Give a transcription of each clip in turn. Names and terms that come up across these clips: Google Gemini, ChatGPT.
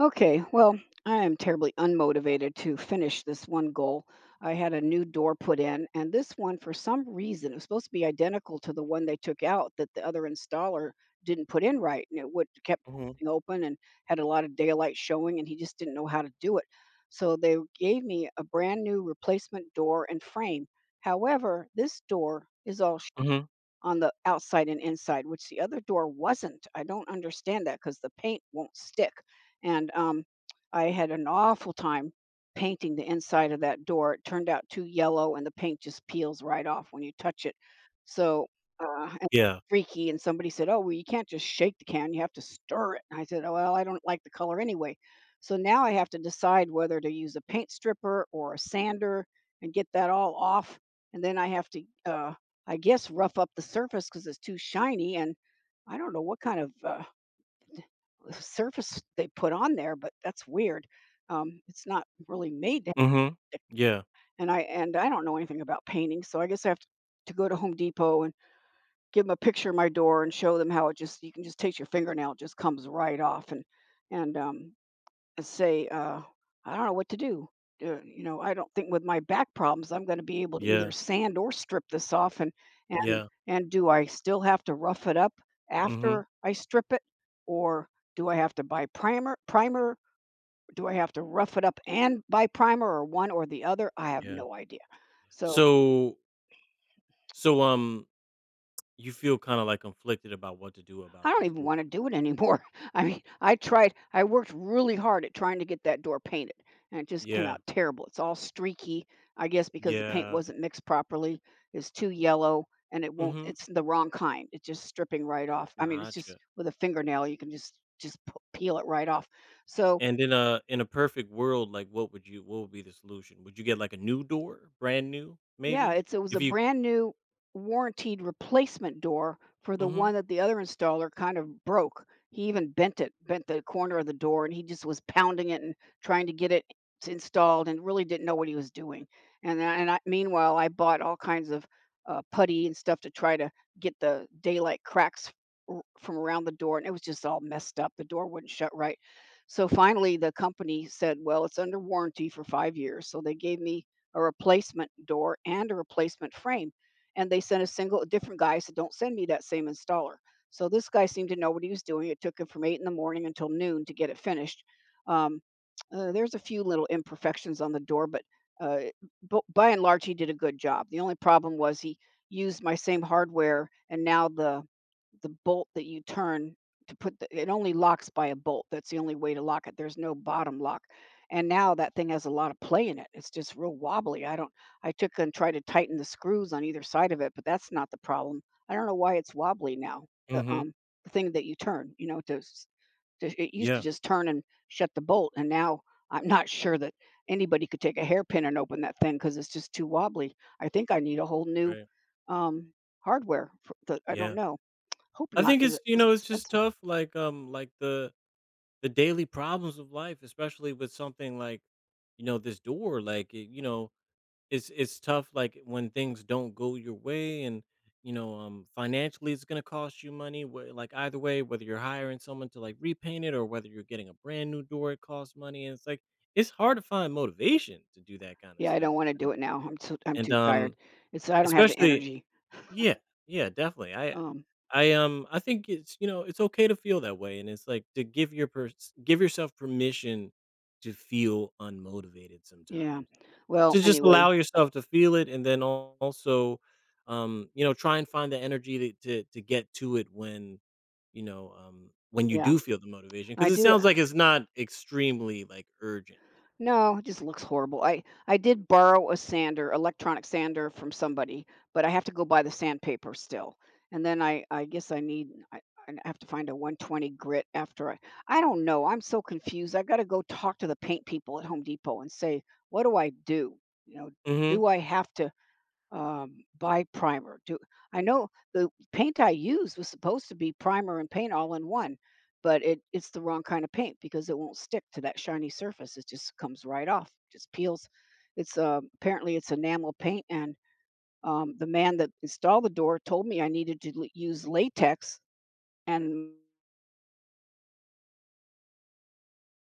Okay, well, I am terribly unmotivated to finish this one goal. I had a new door put in, and this one, for some reason, it was supposed to be identical to the one they took out that the other installer didn't put in right, and it would kept Mhm, bouncing open and had a lot of daylight showing, and he just didn't know how to do it. So they gave me a brand new replacement door and frame. However, this door is all mhm, on the outside and inside, which the other door wasn't. I don't understand that because the paint won't stick. And I had an awful time painting the inside of that door. It turned out too yellow, and the paint just peels right off when you touch it. So and yeah, freaky. And somebody said, "Oh, well, you can't just shake the can; you have to stir it." And I said, "Oh, well, I don't like the color anyway." So now I have to decide whether to use a paint stripper or a sander and get that all off. And then I have to I guess, rough up the surface because it's too shiny. And I don't know what kind of surface they put on there, but that's weird. It's not really made to. mhm, yeah, And I don't know anything about painting, so I guess I have to go to Home Depot and give them a picture of my door and show them how it just you can just take your fingernail, it just comes right off. And um, and say, I don't know what to do. I don't think with my back problems I'm going to be able to either yeah, sand or strip this off. And and yeah, and do I still have to rough it up mhm, after I strip it, or do I have to buy primer? Primer? Do I have to rough it up and buy primer, or one or the other? I have yeah. no idea. So So so you feel kinda, like, conflicted about what to do I about don't this even door. wanna do it anymore. I mean, I worked really hard at trying to get that door painted, and it just came Yeah, out terrible. It's all streaky, I guess because the paint yeah, wasn't mixed properly. It's too yellow, and it won't mhm, it's the wrong kind. It's just stripping right off. I mean, it's just gotcha. with a fingernail, you can just p peel it right off. A So, and in a perfect world, like, what would you what would be the solution? Would you get, like, a new door? Brand new, yeah, maybe? it's it was a If you brand new warranted replacement door for the mhm, one that the other installer kind of broke. He even bent it, bent the corner of the door, and he just was pounding it and trying to get it installed, and really didn't know what he was doing. Meanwhile, I bought all kinds of putty and stuff to try to get the daylight cracks from around the door, and it was just all messed up. The door wouldn't shut right. So finally, the company said, "Well, it's under warranty for 5 years." So they gave me a replacement door and a replacement frame. And they sent a single different guy. I said, "Don't send me that same installer." So this guy seemed to know what he was doing. It took him from eight in the morning until noon to get it finished. Um, there's a few little imperfections on the door, but uh, by and large, he did a good job. The only problem was he used my same hardware, and now the bolt that you turn to put the, it only locks by a bolt. That's the only way to lock it. There's no bottom lock and now that thing has a lot of play in it. It's just real wobbly. I don't I took and tried to tighten the screws on either side of it, but that's not the problem. I don't know why it's wobbly now. The mhm, um the thing that you turn, you know, to it used to yeah, just turn and shut the bolt and now I'm not sure that anybody could take a hairpin and open that thing cuz it's just too wobbly. I think I need a whole new right, um hardware for the, I don't yeah. know. Hope I not think cuz it it's you was know, it's just expensive. tough, like, the daily problems of life, especially with something like, this door, like it, it's tough like when things don't go your way and financially it's going to cost you money, like either way, whether you're hiring someone to like repaint it or whether you're getting a brand new door. It costs money, and it's like it's hard to find motivation to do that kind of Yeah, I don't stuff. want to do it now. I'm And too tired. It's I don't have the especially energy. yeah, yeah, definitely. I Um I um I think it's it's okay to feel that way, and it's like to give yourself permission to feel unmotivated Yeah. sometimes. Well, To just anyway, allow yourself to feel it, and then also try and find the energy to get to it when when you yeah. do feel the motivation, I because it do sounds like it's not extremely like urgent. no, it just looks horrible. I did borrow a sander, electronic sander from somebody, but I have to go buy the sandpaper still. And then I have to find a 120 grit after I don't know. I'm so confused. I got to go talk to the paint people at Home Depot and say, "What do I do?" You know, Mhm. do I have to buy primer? Do I know The paint I used was supposed to be primer and paint all in one, but it's the wrong kind of paint because it won't stick to that shiny surface. It just comes right off, just peels. It's apparently it's enamel paint, and the man that installed the door told me I needed to use latex and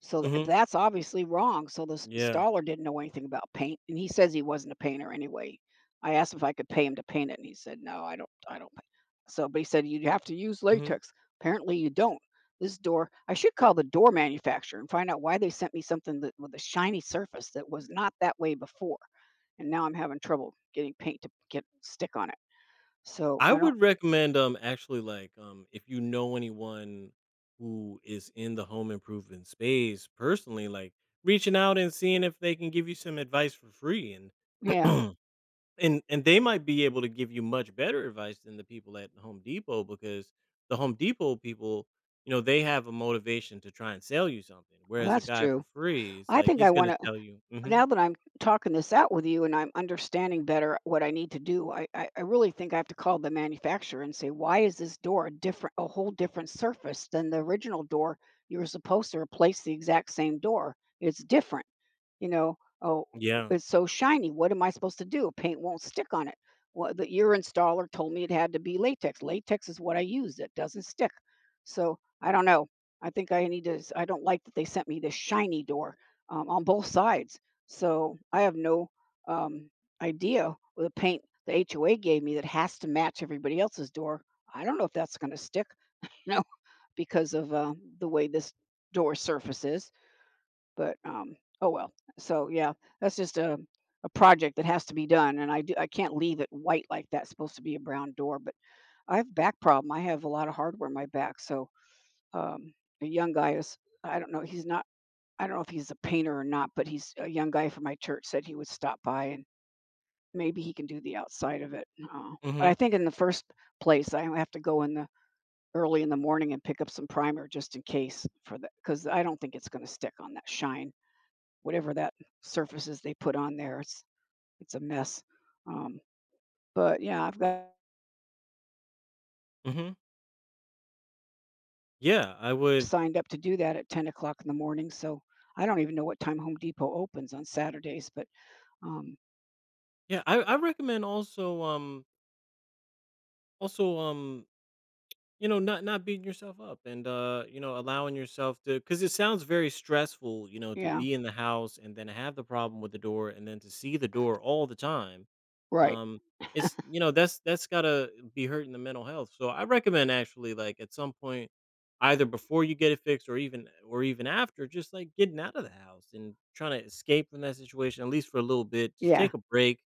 so th Mhm. that's obviously wrong. So this Yeah. installer didn't know anything about paint, and he says he wasn't a painter anyway. I asked if I could pay him to paint it, and he said, "No, I don't. I don't So, but he said you'd have to use Mhm. latex. Apparently, you don't. This door, I should call the door manufacturer and find out why they sent me something that with a shiny surface that was not that way before. And now I'm having trouble getting paint to get stick on it. So I I don't. would recommend, actually, like, if you know anyone who is in the home improvement space personally, like, reaching out and seeing if they can give you some advice for free, and Yeah, and they might be able to give you much better advice than the people at Home Depot, because the Home Depot people, you know, they have a motivation to try and sell you something, well, whereas a that's guy for true. free is I like, think I he's want gonna to. tell you. Mhm. Now that I'm talking this out with you and I'm understanding better what I need to do, I really think I have to call the manufacturer and say, why is this door a different, a whole different surface than the original door? You were supposed to replace the exact same door. It's different. You know, "Oh, Yeah. it's so shiny. What am I supposed to do? Paint won't stick on it. Well, the, your installer told me it had to be latex. Latex is what I use. It doesn't stick." So I don't know. I think I need to. S- I don't like that they sent me this shiny door on both sides. So I have no um, idea with the paint the HOA gave me that has to match everybody else's door. I don't know if that's going to stick. You know, because of the way this door surface is. But, oh well. So yeah, that's just a project that has to be done, and I can't leave it white like that. It's supposed to be a brown door, but I have back problem. I have a lot of hardware in my back. So um, a young guy is I don't know. He's not. I don't know if he's a painter or not, but he's a young guy from my church said he would stop by and maybe he can do the outside of it. Uh, but I Mhm. think in the first place, I have to go in the early in the morning and pick up some primer just in case for that because I don't think it's going to stick on that shine whatever that surfaces they put on there. It's a mess. Um, but yeah, I've got Mhm. Yeah, I would signed up to do that at 10 o'clock in the morning. So I don't even know what time Home Depot opens on Saturdays, but um, yeah, I recommend also, also um you know, not not beating yourself up, and you know, allowing yourself to, because it sounds very stressful, you know, to yeah, be in the house and then have the problem with the door and then to see the door all the time. right. um it's, you know, that's gotta be hurting the mental health. So I recommend actually, like, at some point either before you get it fixed or even after, just like getting out of the house and trying to escape from that situation, at least for a little bit. Just Yeah. take a break,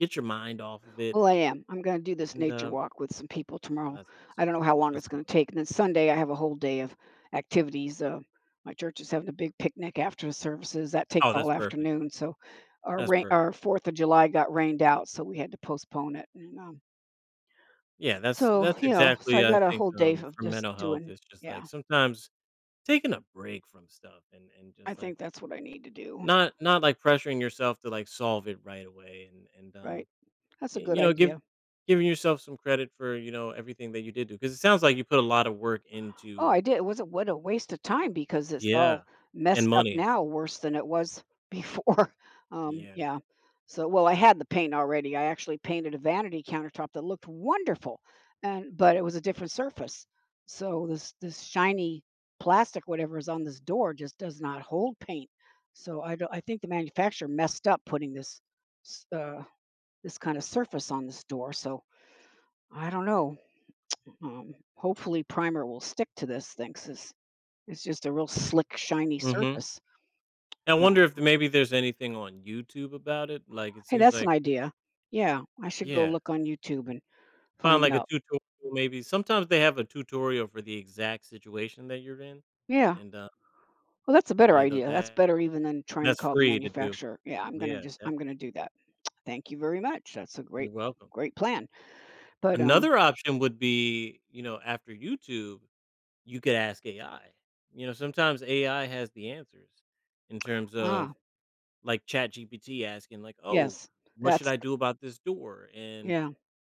get your mind off of it. Well, I am. I'm going to do this And nature um walk with some people oh, tomorrow. that's I awesome. don't know how long That's it's going to awesome. take. And then Sunday, I have a whole day of activities. My church is having a big picnic after the services. That takes Oh, that's all perfect. afternoon. So our That's rain, perfect. our 4th of July got rained out, so we had to postpone it. And Yeah, So, that's you know, so I exactly. I got a think, whole day of for just mental health, doing it's just, yeah, like, sometimes taking a break from stuff, and I just, think like, that's what I need to do, not not, like, pressuring yourself to, like, solve it right away, right? That's a y good you know, give idea. giving yourself some credit for, you know, everything that you did do, because it sounds like you put a lot of work Oh, into. I did. It was a what a waste of time because it's all Yeah, and messed up money. now worse than it was before. Yeah. Yeah. So, well, I had the paint already. I actually painted a vanity countertop that looked wonderful, and but it was a different surface. So this shiny plastic whatever is on this door just does not hold paint. So I don't, I think the manufacturer messed up putting this s- uh, this kind of surface on this door. So I don't know. Hopefully primer will stick to this thing 'cause it's just a real slick, shiny Mhm. surface. I Wow. wonder if maybe there's anything on YouTube about it, like, it Hey, seems that's an like. idea. Yeah, I should go Yeah. look on YouTube and Find find like a out. tutorial maybe. Sometimes they have a tutorial for the exact situation that you're in, Yeah. and, Well, that's a better yeah, tho idea. That's that better even than trying to that's call the free to do. manufacturer. Yeah, I'm gonna Yeah, just I'm gonna definitely. do that. Thank you very much. That's a You're welcome. great plan. But Another option would be, you know, after YouTube, you could ask AI. You know, sometimes AI has the answers in terms ah, of, like, ChatGPT asking, like, "Oh, yes, what should that's I do about this door?" Yeah,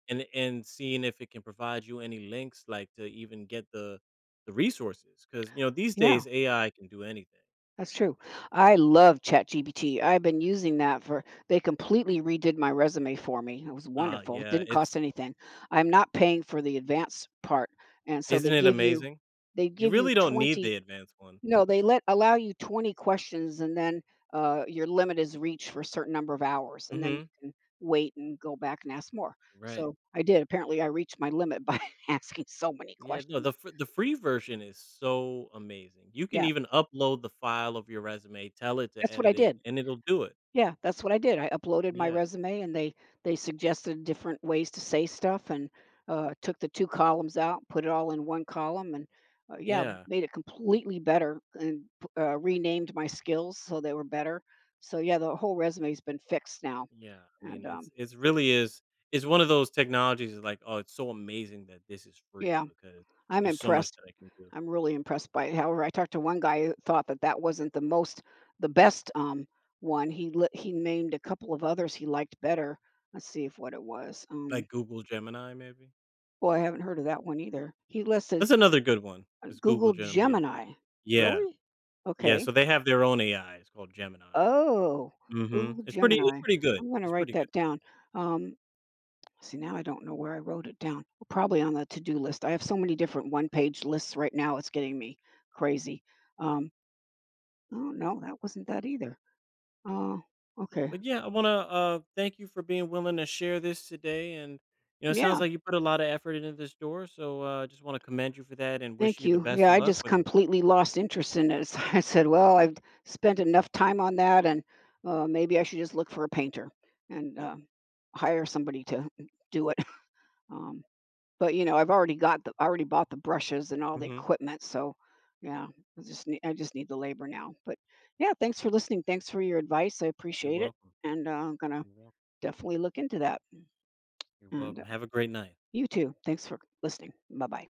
and seeing if it can provide you any links, like to even get the resources, because you know these yeah. days AI can do anything. That's true. I love ChatGPT. I've been using that for, they completely redid my resume for me. It was Ah, wonderful. It yeah, didn't cost it's anything. I'm not paying for the advanced part. And so isn't it amazing. they You give you really don't need 20, the advanced one. No, they let, allow you 20 questions and then your limit is reached for a certain number of hours. And then you Hmm. can wait and go back and ask more. Right. So I did. Apparently I reached my limit by asking so many Yeah, no, questions. The free version is so amazing, you can Yeah, even upload the file of your resume, tell it to that's what I edit it, did. and it'll do it. Yeah, that's what I did. I uploaded my Yeah. resume and they suggested different ways to say stuff and took the two columns out, put it all in one column and yeah, Yeah. made it completely better and renamed my skills so they were better. So yeah, the whole resume's been fixed now. Yeah, I And mean, it's it's really is. It's one of those technologies that's like, oh, it's so amazing that this is free, Yeah, because I'm there's so much impressed. that I can do. I'm really impressed by it. However, I talked to one guy who thought that that wasn't the best one. He named a couple of others he liked better. Let's see if what it was. Like Google Gemini, maybe? Well, I haven't heard of that one either. He listed That's another good one, is Google Google Gemini. Gemini. Yeah. Really? Yeah, Okay. so they have their own AI, it's called Gemini. Oh, Mhm. Google It's Gemini. pretty good, I'm gonna it's write pretty good. that down. Um, See, now I don't know where I wrote it down. Probably on the to-do list. I have so many different one-page lists right now. It's getting me crazy. Um, oh no, that wasn't that either. Oh, okay. But, yeah, I wanna, thank you for being willing to share this today, and, you know, it sounds Yeah, like you put a lot of effort into this door, so, just wanna commend you for that and wish thank you the you. best Yeah, of I luck just with it. completely lost interest in it. I said, "Well, I've spent enough time on that, and maybe I should just look for a painter and hire somebody to do it." Um, but you know, I already bought the brushes and all the Mhm. equipment, so yeah, I just need the labor now. But yeah, thanks for listening. Thanks for your advice. I You're appreciate it, welcome. and I'm gonna You're welcome. definitely look into that. You're And welcome. Have a great night. you too. Thanks for listening. Bye bye.